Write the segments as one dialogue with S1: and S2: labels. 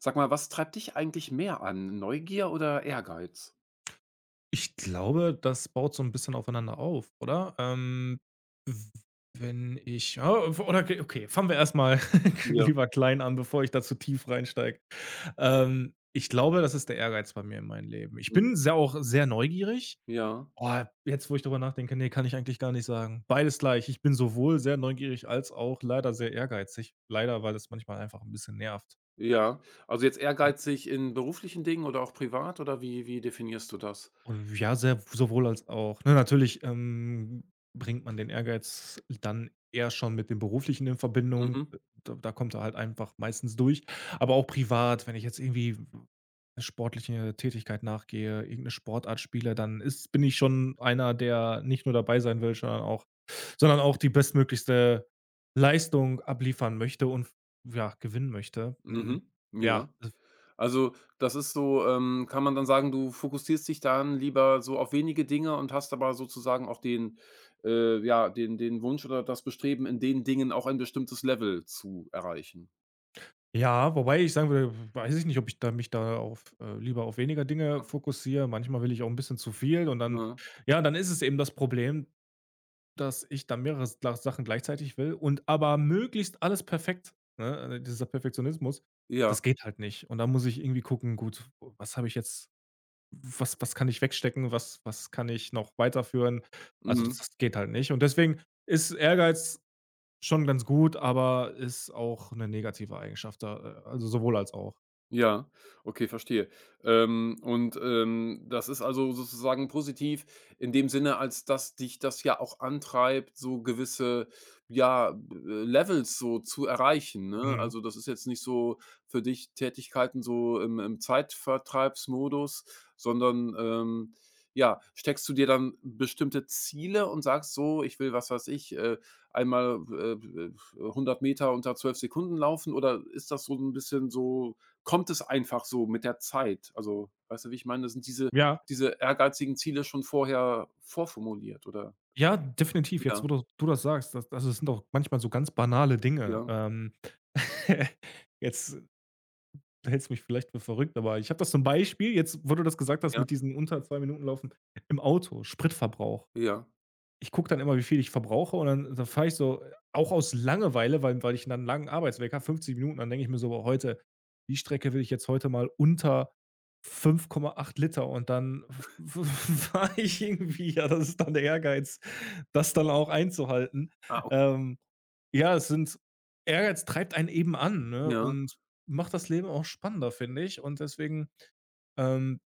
S1: Sag mal, was treibt dich eigentlich mehr an, Neugier oder Ehrgeiz?
S2: Ich glaube, das baut so ein bisschen aufeinander auf, oder? W wenn ich ja, oder okay, okay, fangen wir erst mal
S1: Ja,
S2: lieber klein an, bevor ich da zu tief reinsteige. Ich glaube, das ist der Ehrgeiz bei mir in meinem Leben. Ich
S1: hm.
S2: bin sehr auch sehr neugierig.
S1: Ja,
S2: Oh, jetzt, wo ich darüber nachdenke, ne, kann ich eigentlich gar nicht sagen. Beides gleich. Ich bin sowohl sehr neugierig als auch leider sehr ehrgeizig. Leider, weil es manchmal einfach ein bisschen nervt.
S1: ja. Also, jetzt
S2: Ja.
S1: ehrgeizig in beruflichen Dingen oder auch privat oder wie definierst du das?
S2: Ja, sehr sowohl als auch. Ne, natürlich, bringt man den Ehrgeiz dann eher schon mit dem Beruflichen in Verbindung.
S1: Mhm,
S2: Da kommt er halt einfach meistens durch. Aber auch privat, wenn ich jetzt irgendwie 'ne sportliche Tätigkeit nachgehe, irgend 'ne Sportart spiele, dann ist bin ich schon einer, der nicht nur dabei sein will, sondern auch die bestmöglichste Leistung abliefern möchte und ja, gewinnen möchte. Hm,
S1: mhm, ja.
S2: ja.
S1: Also, das ist so kann man dann sagen, du fokussierst dich dann lieber so auf wenige Dinge und hast aber sozusagen auch den ja, den Wunsch oder das Bestreben, in den Dingen auch ein bestimmtes Level zu erreichen?
S2: Ja, wobei ich sagen würde, weiß ich nicht, ob ich da mich da auf lieber auf weniger Dinge
S1: Ja,
S2: fokussiere. Manchmal will ich auch ein bisschen zu viel und dann
S1: ne?
S2: ja, dann ist es eben das Problem, dass ich dann mehrere Sla Sachen gleichzeitig will und aber möglichst alles perfekt, ne? Dieser Perfektionismus,
S1: Ja,
S2: das geht halt nicht. Und da muss ich irgendwie gucken: „Gut, was habe ich jetzt was kann ich wegstecken? Was kann ich noch weiterführen?“ Also, das
S1: mhm.
S2: das geht halt nicht. Und deswegen ist Ehrgeiz schon ganz gut, aber ist auch 'ne negative Eigenschaft da, also sowohl als auch.
S1: Ja, okay, verstehe. Und das ist also sozusagen positiv in dem Sinne, als dass dich das ja auch antreibt, so gewisse, ja, b Levels so zu erreichen, ne?
S2: Mhm.
S1: Also, das ist jetzt nicht so für dich Tätigkeiten so im Zeitvertreibsmodus, sondern, ja, steckst du dir dann bestimmte Ziele und sagst so: „Ich will, was weiß ich, einmal, 100 unter 12 Sekunden laufen“, oder ist das so ein bisschen so kommt es einfach so mit der Zeit. Also, weißt du, wie ich meine? Das sind diese
S2: Ja,
S1: diese ehrgeizigen Ziele schon vorher vorformuliert, oder?
S2: ja, definitiv. Jetzt,
S1: Ja,
S2: wo du das sagst, das sind doch manchmal so ganz banale Dinge.
S1: ja,
S2: Jetzt hältst du mich vielleicht für verrückt, aber ich habe das zum Beispiel jetzt, wo du das gesagt hast,
S1: ja,
S2: mit diesen unter 2 Minuten laufen im Auto, Spritverbrauch.
S1: ja.
S2: Ich gucke dann immer, wie viel ich verbrauche und dann fahre ich so auch aus Langeweile, weil ich dann einen langen Arbeitsweg habe, 50 Minuten, dann denke ich mir so: „Boah, heute die Strecke will ich jetzt heute mal unter 5,8 Liter“, und dann fahre ich irgendwie ja, das ist dann der Ehrgeiz, das dann auch einzuhalten.
S1: Ah, ok
S2: Ähm, ja, es sind Ehrgeiz treibt einen eben an, ne,
S1: ja.
S2: und macht das Leben auch spannender, finde ich. Und deswegen, ähm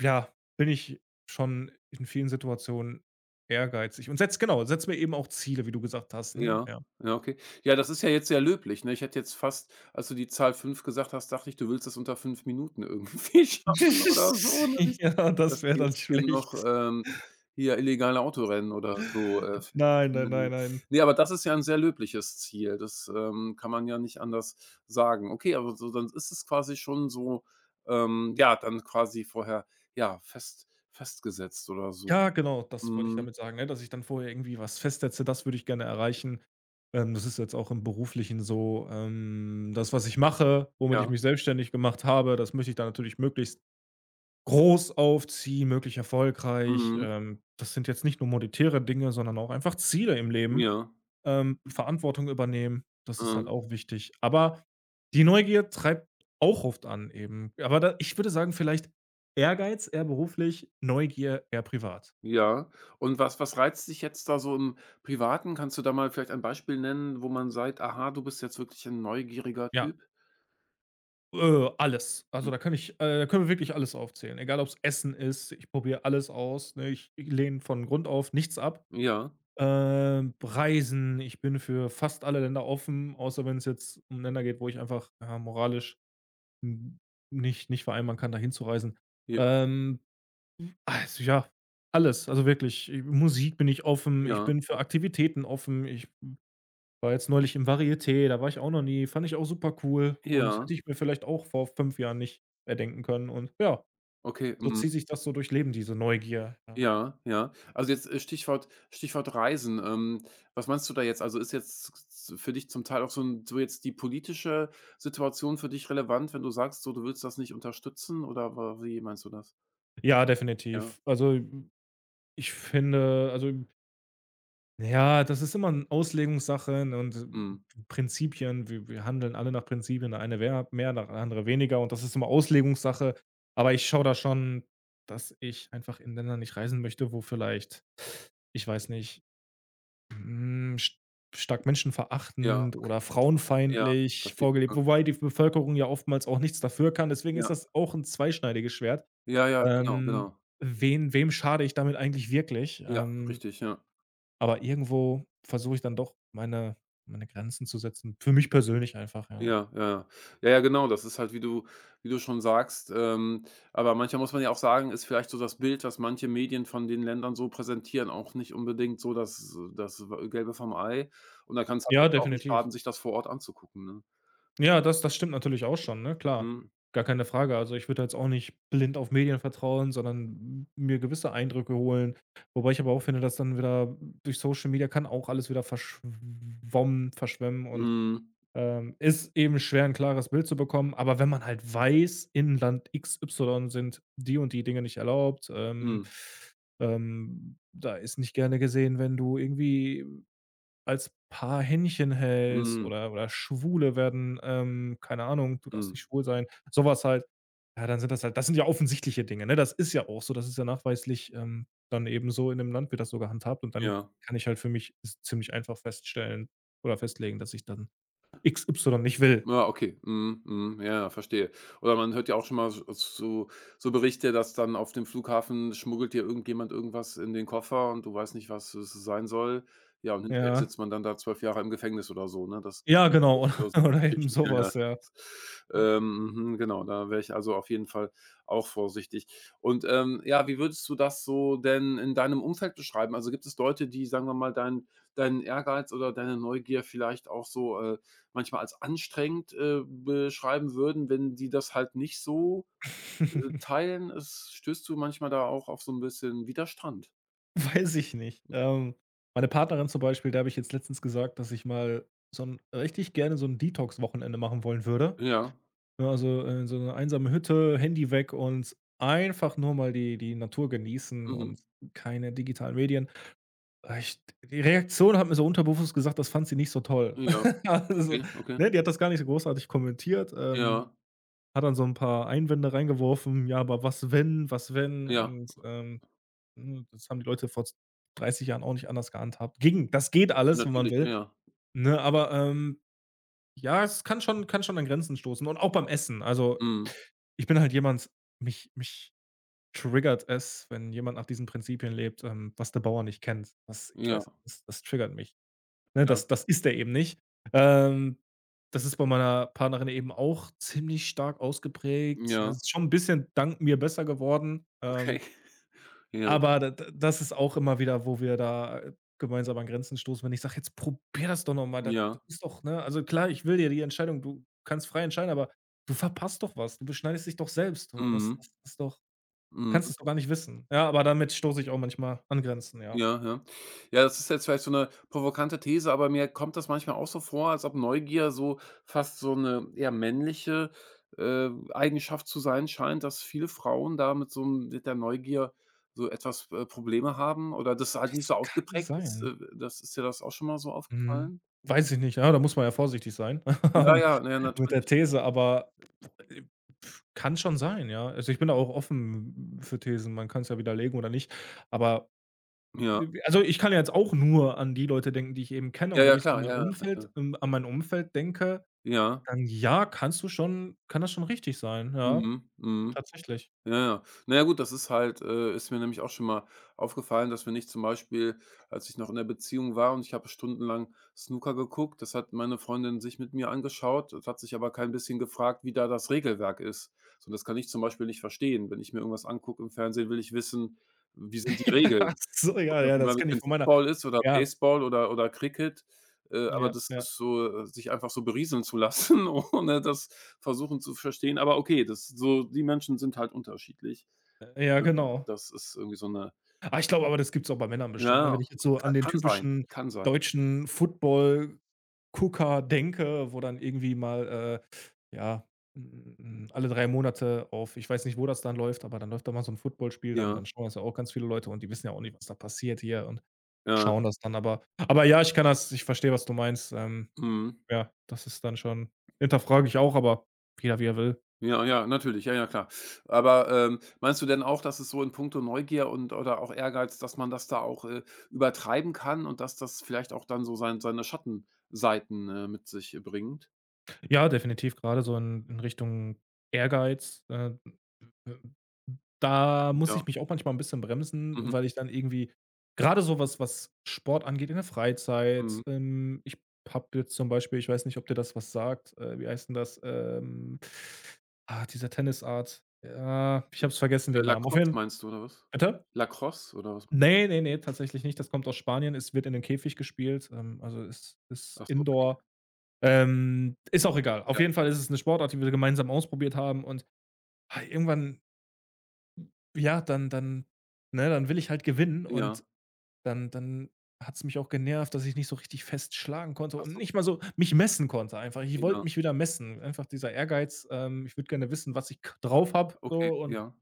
S2: ja, bin ich schon in vielen Situationen ehrgeizig und setz genau, setz mir eben auch Ziele, wie du gesagt hast, ne?
S1: Ja,
S2: Ja.
S1: ja, okay. Ja, das ist ja jetzt sehr löblich, ne? Ich hätte jetzt fast, als du die Zahl 5 gesagt hast, dachte ich, du willst das unter 5 Minuten irgendwie schaffen oder so, ne? Nicht,
S2: Ja, das
S1: dass
S2: wäre
S1: du
S2: dann
S1: jetzt hier noch,
S2: schlecht.
S1: hier illegale Autorennen oder so, fährst,
S2: Nein, nein,
S1: ne?
S2: nein, nein.
S1: Ne, aber das ist ja ein sehr löbliches Ziel. Das, kann man ja nicht anders sagen. Okay, aber so dann ist es quasi schon so, ja, dann quasi vorher, ja, festgesetzt oder so.
S2: Ja, genau, das wollte ich
S1: Mhm.
S2: damit sagen, ne, dass ich dann vorher irgendwie was festsetze, das würde ich gerne erreichen. Das ist jetzt auch im Beruflichen so, das, was ich mache,
S1: Ja.
S2: womit ich mich selbstständig gemacht habe, das möchte ich dann natürlich möglichst groß aufziehen, möglich erfolgreich.
S1: Mhm.
S2: Das sind jetzt nicht nur monetäre Dinge, sondern auch einfach Ziele im Leben.
S1: Ja.
S2: Verantwortung übernehmen, das ist halt
S1: Mhm.
S2: auch wichtig. Aber die Neugier treibt auch oft an eben. Aber da ich würde sagen, vielleicht Ehrgeiz eher beruflich, Neugier eher privat.
S1: Ja. Und was reizt dich jetzt da so im Privaten? Kannst du da mal vielleicht ein Beispiel nennen, wo man sagt: „Aha, du bist jetzt wirklich ein neugieriger
S2: Ja,
S1: Typ?“
S2: alles. Also, da
S1: Mhm.
S2: kann ich da können wir wirklich alles aufzählen. Egal, ob es Essen ist, ich probiere alles aus, ne? Ich lehne von Grund auf nichts ab.
S1: Ja,
S2: Reisen, ich bin für fast alle Länder offen, außer wenn es jetzt um Länder geht, wo ich einfach, ja, moralisch n nicht nicht vereinbaren kann, da hinzureisen.
S1: ja,
S2: Ähm, Also, ja, alles. Also, wirklich, Musik bin ich offen, ich
S1: ja,
S2: bin für Aktivitäten offen. Ich war jetzt neulich im Varieté, da war ich auch noch nie, fand ich auch super cool und
S1: ja,
S2: hätte ich mir vielleicht auch vor 5 Jahren nicht erdenken können und ja,
S1: okay,
S2: so
S1: mhm,
S2: zieht sich das so durch Leben, diese Neugier, ja.
S1: ja, ja. Also, jetzt, Stichwort Stichwort Reisen. Was meinst du da jetzt? Also, ist jetzt für dich zum Teil auch so 'n so jetzt die politische Situation für dich relevant, wenn du sagst, so, du willst das nicht unterstützen oder wa wie meinst du das?
S2: Ja,
S1: Ja,
S2: definitiv. Also, ich finde also Ja, das ist immer eine Auslegungssache, ne, und,
S1: mhm.
S2: Prinzipien. Wir handeln alle nach Prinzipien. Der eine wer mehr, der andere weniger und das ist immer Auslegungssache. Aber ich schaue da schon, dass ich einfach in Länder nicht reisen möchte, wo vielleicht, ich weiß nicht, hm, st stark
S1: Ja,
S2: menschenverachtend
S1: okay.
S2: oder
S1: Ja,
S2: frauenfeindlich
S1: verstehe.
S2: vorgelebt wobei die Bevölkerung ja oftmals auch nichts dafür kann. Deswegen ist
S1: Ja,
S2: das auch ein zweischneidiges Schwert.
S1: ja, ja, ja, genau,
S2: Ähm,
S1: genau.
S2: wen wem schade ich damit eigentlich wirklich?
S1: Ja, richtig, ja.
S2: Aber irgendwo versuche ich dann doch meine Grenzen zu setzen. Für mich persönlich einfach, ja.
S1: Ja, ja, ja. Ja, ja, genau, das ist halt, wie du schon sagst, aber manchmal muss man ja auch sagen, ist vielleicht so das Bild, das manche Medien von den Ländern so präsentieren, auch nicht unbedingt so das Gelbe vom Ei. Und da kann's halt
S2: Ja,
S1: manchmal auch nicht
S2: definitiv.
S1: schaden, sich das vor Ort anzugucken, ne?
S2: Ja, das stimmt natürlich auch schon, ne, klar.
S1: Mhm.
S2: Gar keine Frage. Also, ich würde jetzt auch nicht blind auf Medien vertrauen, sondern mir gewisse Eindrücke holen. Wobei ich aber auch finde, dass dann wieder durch Social Media kann auch alles wieder verschwommen verschwemmen und
S1: Mhm.
S2: Ist eben schwer, ein klares Bild zu bekommen, aber wenn man halt weiß, in Land XY sind die und die Dinge nicht erlaubt,
S1: Mhm.
S2: da ist nicht gerne gesehen, wenn du irgendwie als Paar Händchen hältst
S1: Mhm.
S2: oder Schwule werden, keine Ahnung, du darfst
S1: Mhm.
S2: nicht schwul sein, sowas halt. Ja, dann sind das halt das sind ja offensichtliche Dinge, ne? Das ist ja auch so, das ist ja nachweislich, dann eben so in dem Land wird das so gehandhabt und dann
S1: Ja.
S2: kann ich halt für mich z ziemlich einfach feststellen oder festlegen, dass ich dann x XY nicht will.
S1: Ja, okay. Mhm, mhm. Ja, ja, verstehe. Oder man hört ja auch schon mal s so so Berichte, dass dann auf dem Flughafen schmuggelt dir irgendjemand irgendwas in den Koffer und du weißt nicht, was es sein soll. Ja, und hinterher
S2: Ja.
S1: sitzt man dann da 12 Jahre im Gefängnis oder so, ne? Das
S2: Ja,
S1: das
S2: genau,
S1: sind so solche
S2: oder eben
S1: Geschichten. Ja, ja.
S2: sowas ja.
S1: Mhm, genau, da wäre ich also auf jeden Fall auch vorsichtig. Und, ja, wie würdest du das so denn in deinem Umfeld beschreiben? Also, gibt es Leute, die, sagen wir mal, deinen Ehrgeiz oder deine Neugier vielleicht auch so, manchmal als anstrengend, beschreiben würden, wenn die das halt nicht so, teilen. Es stößt du manchmal da auch auf so 'n bisschen Widerstand?
S2: Weiß ich nicht. Meine Partnerin zum Beispiel, der habe ich jetzt letztens gesagt, dass ich mal so ein richtig gerne so ein Detox-Wochenende machen wollen würde.
S1: Ja.
S2: Ne, also, so eine einsame Hütte, Handy weg und einfach nur mal die Natur genießen
S1: Mhm.
S2: und keine digitalen Medien. Ah, ich die Reaktion hat mir so unterbewusst gesagt, das fand sie nicht so toll.
S1: Ja.
S2: Also,
S1: Okay, okay.
S2: ne, die hat das gar nicht so großartig kommentiert, ähm
S1: Ja,
S2: Hat dann so 'n paar Einwände reingeworfen: „Ja, aber was wenn, was wenn?“
S1: ja,
S2: Und, ne, das haben die Leute vor z 30 Jahren auch nicht anders gehandhabt. Ging das geht alles, wenn man
S1: natürlich, ja,
S2: will,
S1: ja.
S2: ne? Aber, ja, es kann schon an Grenzen stoßen und auch beim Essen. Also,
S1: Mhm.
S2: ich bin halt jemand, mich triggert es, wenn jemand nach diesen Prinzipien lebt, was der Bauer nicht kennt. Was ich
S1: Ja,
S2: weiß, das triggert mich. Ne, das
S1: ja,
S2: das ist er eben nicht. Ähm, Das ist bei meiner Partnerin eben auch ziemlich stark ausgeprägt, ne?
S1: ja,
S2: Es ist schon ein bisschen dank mir besser geworden,
S1: okay. Ja,
S2: aber da das ist auch immer wieder, wo wir da, gemeinsam an Grenzen stoßen, wenn ich sage: „Jetzt probier das doch noch mal.
S1: ja.
S2: Ist doch ne, also klar, ich will dir die Entscheidung du kannst frei entscheiden, aber du verpasst doch was. Du beschneidest dich doch selbst. So, das
S1: Mhm.
S2: das ist doch kannst es
S1: Mhm.
S2: doch gar nicht wissen.“ Ja, aber damit stoße ich auch manchmal an Grenzen, ja.
S1: Ja, ja. Ja, das ist jetzt vielleicht so 'ne provokante These, aber mir kommt das manchmal auch so vor, als ob Neugier so fast so 'ne eher männliche, Eigenschaft zu sein scheint, dass viele Frauen da mit so 'm mit der Neugier so etwas, Probleme haben oder das halt nicht
S2: Das
S1: so
S2: kann
S1: ausgeprägt ist.
S2: sein.
S1: Das ist dir das auch schon mal so
S2: Mhm.
S1: aufgefallen?
S2: Weiß ich nicht, ja, da muss man ja vorsichtig sein
S1: Ja, ja, na ja,
S2: mit der
S1: natürlich.
S2: These, aber äh, pf, kann schon sein, ja. Also, ich bin da auch offen für Thesen. Man kann es ja widerlegen oder nicht, aber
S1: Ja.
S2: also, ich kann ja jetzt auch nur an die Leute denken, die ich eben kenne
S1: Ja,
S2: und wenn
S1: ja,
S2: ich so an
S1: klar,
S2: mein
S1: ja, ja, ja, ja.
S2: Umfeld denke,
S1: Ja.
S2: dann ja, kann das schon richtig sein, ja,
S1: Mhm, mhm.
S2: tatsächlich.
S1: Ja, ja. Na ja, gut, das ist halt ist mir nämlich auch schon mal aufgefallen, dass wenn ich zum Beispiel, als ich noch in der Beziehung war und ich habe stundenlang Snooker geguckt, das hat meine Freundin sich mit mir angeschaut das hat sich aber kein bisschen gefragt, wie da das Regelwerk ist. So, das kann ich zum Beispiel nicht verstehen. Wenn ich mir irgendwas angucke im Fernsehen, will ich wissen, wie sind die Regeln?
S2: Ach so,
S1: Ob
S2: ja,
S1: das
S2: ja, das kenne ich
S1: American
S2: von meiner
S1: Football ist oder
S2: ja,
S1: Baseball oder Cricket, aber
S2: ja,
S1: das
S2: ja.
S1: ist so sich einfach so berieseln zu lassen, ohne das versuchen zu verstehen. Aber okay, das so die Menschen sind halt unterschiedlich.
S2: Ja, genau.
S1: Das ist irgendwie so eine
S2: Ah, ich glaube aber, das gibt's auch bei Männern bestimmt, ne?
S1: ja,
S2: Wenn ich jetzt so
S1: ka
S2: an den
S1: kann sein,
S2: typischen
S1: kann sein.
S2: deutschen Football-Gucker denke, wo dann irgendwie mal, ja, alle 3 Monate auf ich weiß nicht, wo das dann läuft, aber dann läuft da mal so ein Footballspiel, dann
S1: Ja,
S2: schauen das ja auch ganz viele Leute und die wissen ja auch nicht, was da passiert hier und
S1: ja,
S2: schauen das dann aber. Aber ja, ich kann das ich verstehe, was du meinst.
S1: mhm.
S2: Ja, das ist dann schon hinterfrage ich auch, aber jeder wie er will.
S1: Ja, ja, natürlich, ja, ja, klar. Aber, meinst du denn auch, dass es so in puncto Neugier und oder auch Ehrgeiz, dass man das da auch, übertreiben kann und dass das vielleicht auch dann so seine Schattenseiten, mit sich bringt?
S2: Ja, definitiv, gerade so in Richtung Ehrgeiz, da
S1: Ja.
S2: muss ich mich auch manchmal 'n bisschen bremsen,
S1: Mhm.
S2: weil ich dann irgendwie grade so was Sport angeht in der
S1: Mhm.
S2: Freizeit, ich habe jetzt zum Beispiel ich weiß nicht, ob dir das was sagt, wie heißt 'n das? Ah, dieser Tennisart. Ja, ich habe es vergessen, den Namen. Auf
S1: Lacrosse
S2: jeden
S1: meinst du oder was?
S2: bitte?
S1: Lacrosse oder was?
S2: Ne, ne, ne, tatsächlich nicht. Das kommt aus Spanien. Es wird in 'nem Käfig gespielt, also ist
S1: Ach so, okay.
S2: Indoor. Ist auch egal.
S1: Ja,
S2: Auf jeden Fall ist es 'ne Sportart, die wir gemeinsam ausprobiert haben und, irgendwann ja, dann ne, dann will ich halt gewinnen
S1: ja.
S2: und dann hat's mich auch genervt, dass ich nicht so richtig fest schlagen konnte
S1: Ach
S2: und
S1: so,
S2: nicht mal so mich messen konnte einfach. Ich
S1: ja.
S2: wollte mich wieder messen. Einfach dieser Ehrgeiz, ich würde gerne wissen, was ich k drauf habe
S1: Okay,
S2: so und
S1: ja,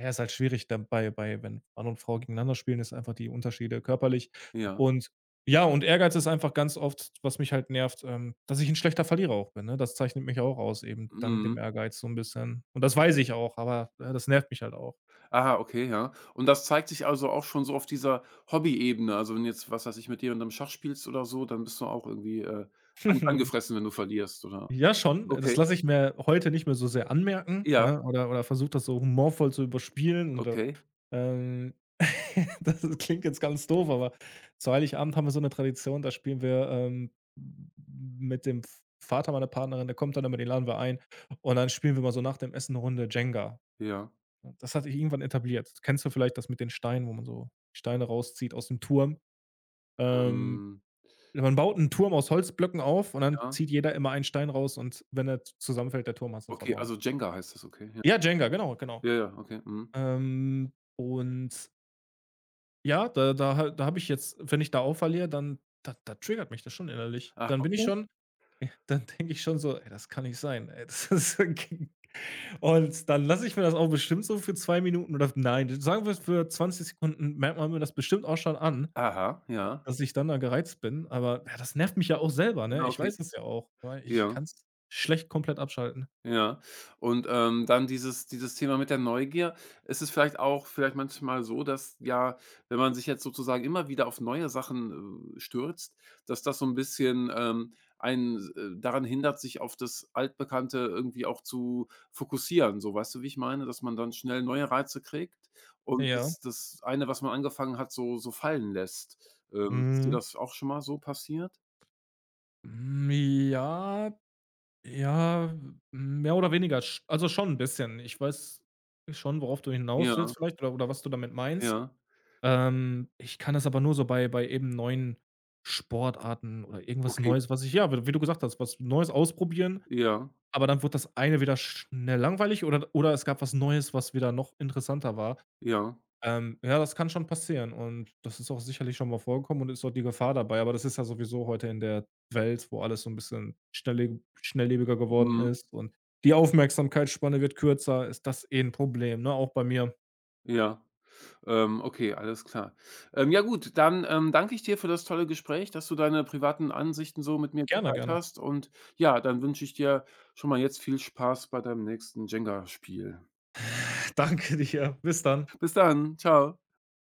S2: ja, ist halt schwierig dabei, bei wenn Mann und Frau gegeneinander spielen, ist einfach die Unterschiede körperlich
S1: ja.
S2: und ja, und Ehrgeiz ist einfach ganz oft, was mich halt nervt, dass ich ein schlechter Verlierer auch bin, ne? Das zeichnet mich auch aus eben dank dem
S1: Mhm.
S2: Ehrgeiz so ein bisschen. Und das weiß ich auch, aber, ja, das nervt mich halt auch.
S1: Ah, okay, ja. Und das zeigt sich also auch schon so auf dieser Hobby-Ebene. Also, wenn jetzt, was weiß ich, mit jemandem Schach spielst oder so, dann bist du auch irgendwie, an angefressen, wenn du verlierst, oder?
S2: Ja, schon.
S1: Okay,
S2: Das lasse ich mir heute nicht mehr so sehr anmerken,
S1: ja,
S2: ne, oder versuche das so humorvoll zu überspielen oder,
S1: okay,
S2: ähm klingt jetzt ganz doof, aber zu Heiligabend haben wir so eine Tradition, da spielen wir, mit dem Vater meiner Partnerin, der kommt dann immer, den laden wir ein und dann spielen wir mal so nach dem Essen eine Runde Jenga.
S1: ja.
S2: Das hatte ich irgendwann etabliert. Kennst du vielleicht das mit den Steinen, wo man so Steine rauszieht aus dem Turm? Ähm,
S1: Ähm,
S2: Man baut einen Turm aus Holzblöcken auf und dann
S1: ja,
S2: zieht jeder immer einen Stein raus und wenn er zusammenfällt, der Turm hast du
S1: okay,
S2: verloren.
S1: also Jenga heißt das, okay, ja.
S2: Ja, Jenga, genau, genau.
S1: Ja, ja, okay, mhm.
S2: Ähm, und ja, da habe ich jetzt, wenn ich da aufverliere, dann da triggert mich das schon innerlich.
S1: Ah,
S2: Dann bin ich
S1: okay.
S2: schon, dann denke ich schon so, ey, das kann nicht sein. Ey, das ist und dann lasse ich mir das auch bestimmt so für 2 Minuten oder nein, sagen wir es für 20 Sekunden, merkt man mir das bestimmt auch schon an.
S1: Aha, ja.
S2: Dass ich dann da gereizt bin, aber ja, das nervt mich ja auch selber, ne?
S1: Ja,
S2: Ich
S1: okay,
S2: weiß es ja auch, weil ich
S1: ja.
S2: kann es schlecht komplett abschalten.
S1: Ja. Und, dann dieses Thema mit der Neugier. Ist es vielleicht auch vielleicht manchmal so, dass ja, wenn man sich jetzt sozusagen immer wieder auf neue Sachen, stürzt, dass das so ein bisschen, einen daran hindert, sich auf das Altbekannte irgendwie auch zu fokussieren, so, weißt du, wie ich meine? Dass man dann schnell neue Reize kriegt und
S2: Ja.
S1: das das eine, was man angefangen hat, so fallen lässt. Ist dir
S2: Mhm.
S1: das auch schon mal so passiert?
S2: Hm, ja, ja, mehr oder weniger. Sch also, schon ein bisschen. Ich weiß schon, worauf du hinaus
S1: Ja,
S2: willst vielleicht oder was du damit meinst.
S1: ja.
S2: Ich kann das aber nur so bei eben neuen Sportarten oder irgendwas
S1: Okay.
S2: Neues, was ich ja, w wie du gesagt hast, was Neues ausprobieren,
S1: Ja,
S2: aber dann wird das eine wieder schnell langweilig oder es gab was Neues, was wieder noch interessanter war.
S1: ja.
S2: Ja, das kann schon passieren und das ist auch sicherlich schon mal vorgekommen und ist auch die Gefahr dabei, aber das ist ja sowieso heute in der Welt, wo alles so ein bisschen schnelllebiger geworden
S1: Mhm.
S2: ist und die Aufmerksamkeitsspanne wird kürzer, ist das eh 'n Problem, ne, auch bei mir.
S1: Ja. Okay, alles klar. Ja gut, dann, danke ich dir für das tolle Gespräch, dass du deine privaten Ansichten so mit mir
S2: Gerne,
S1: geteilt
S2: gerne.
S1: hast und ja, dann wünsche ich dir schon mal jetzt viel Spaß bei deinem nächsten Jenga-Spiel.
S2: Danke dir. Bis dann.
S1: Bis dann, ciao.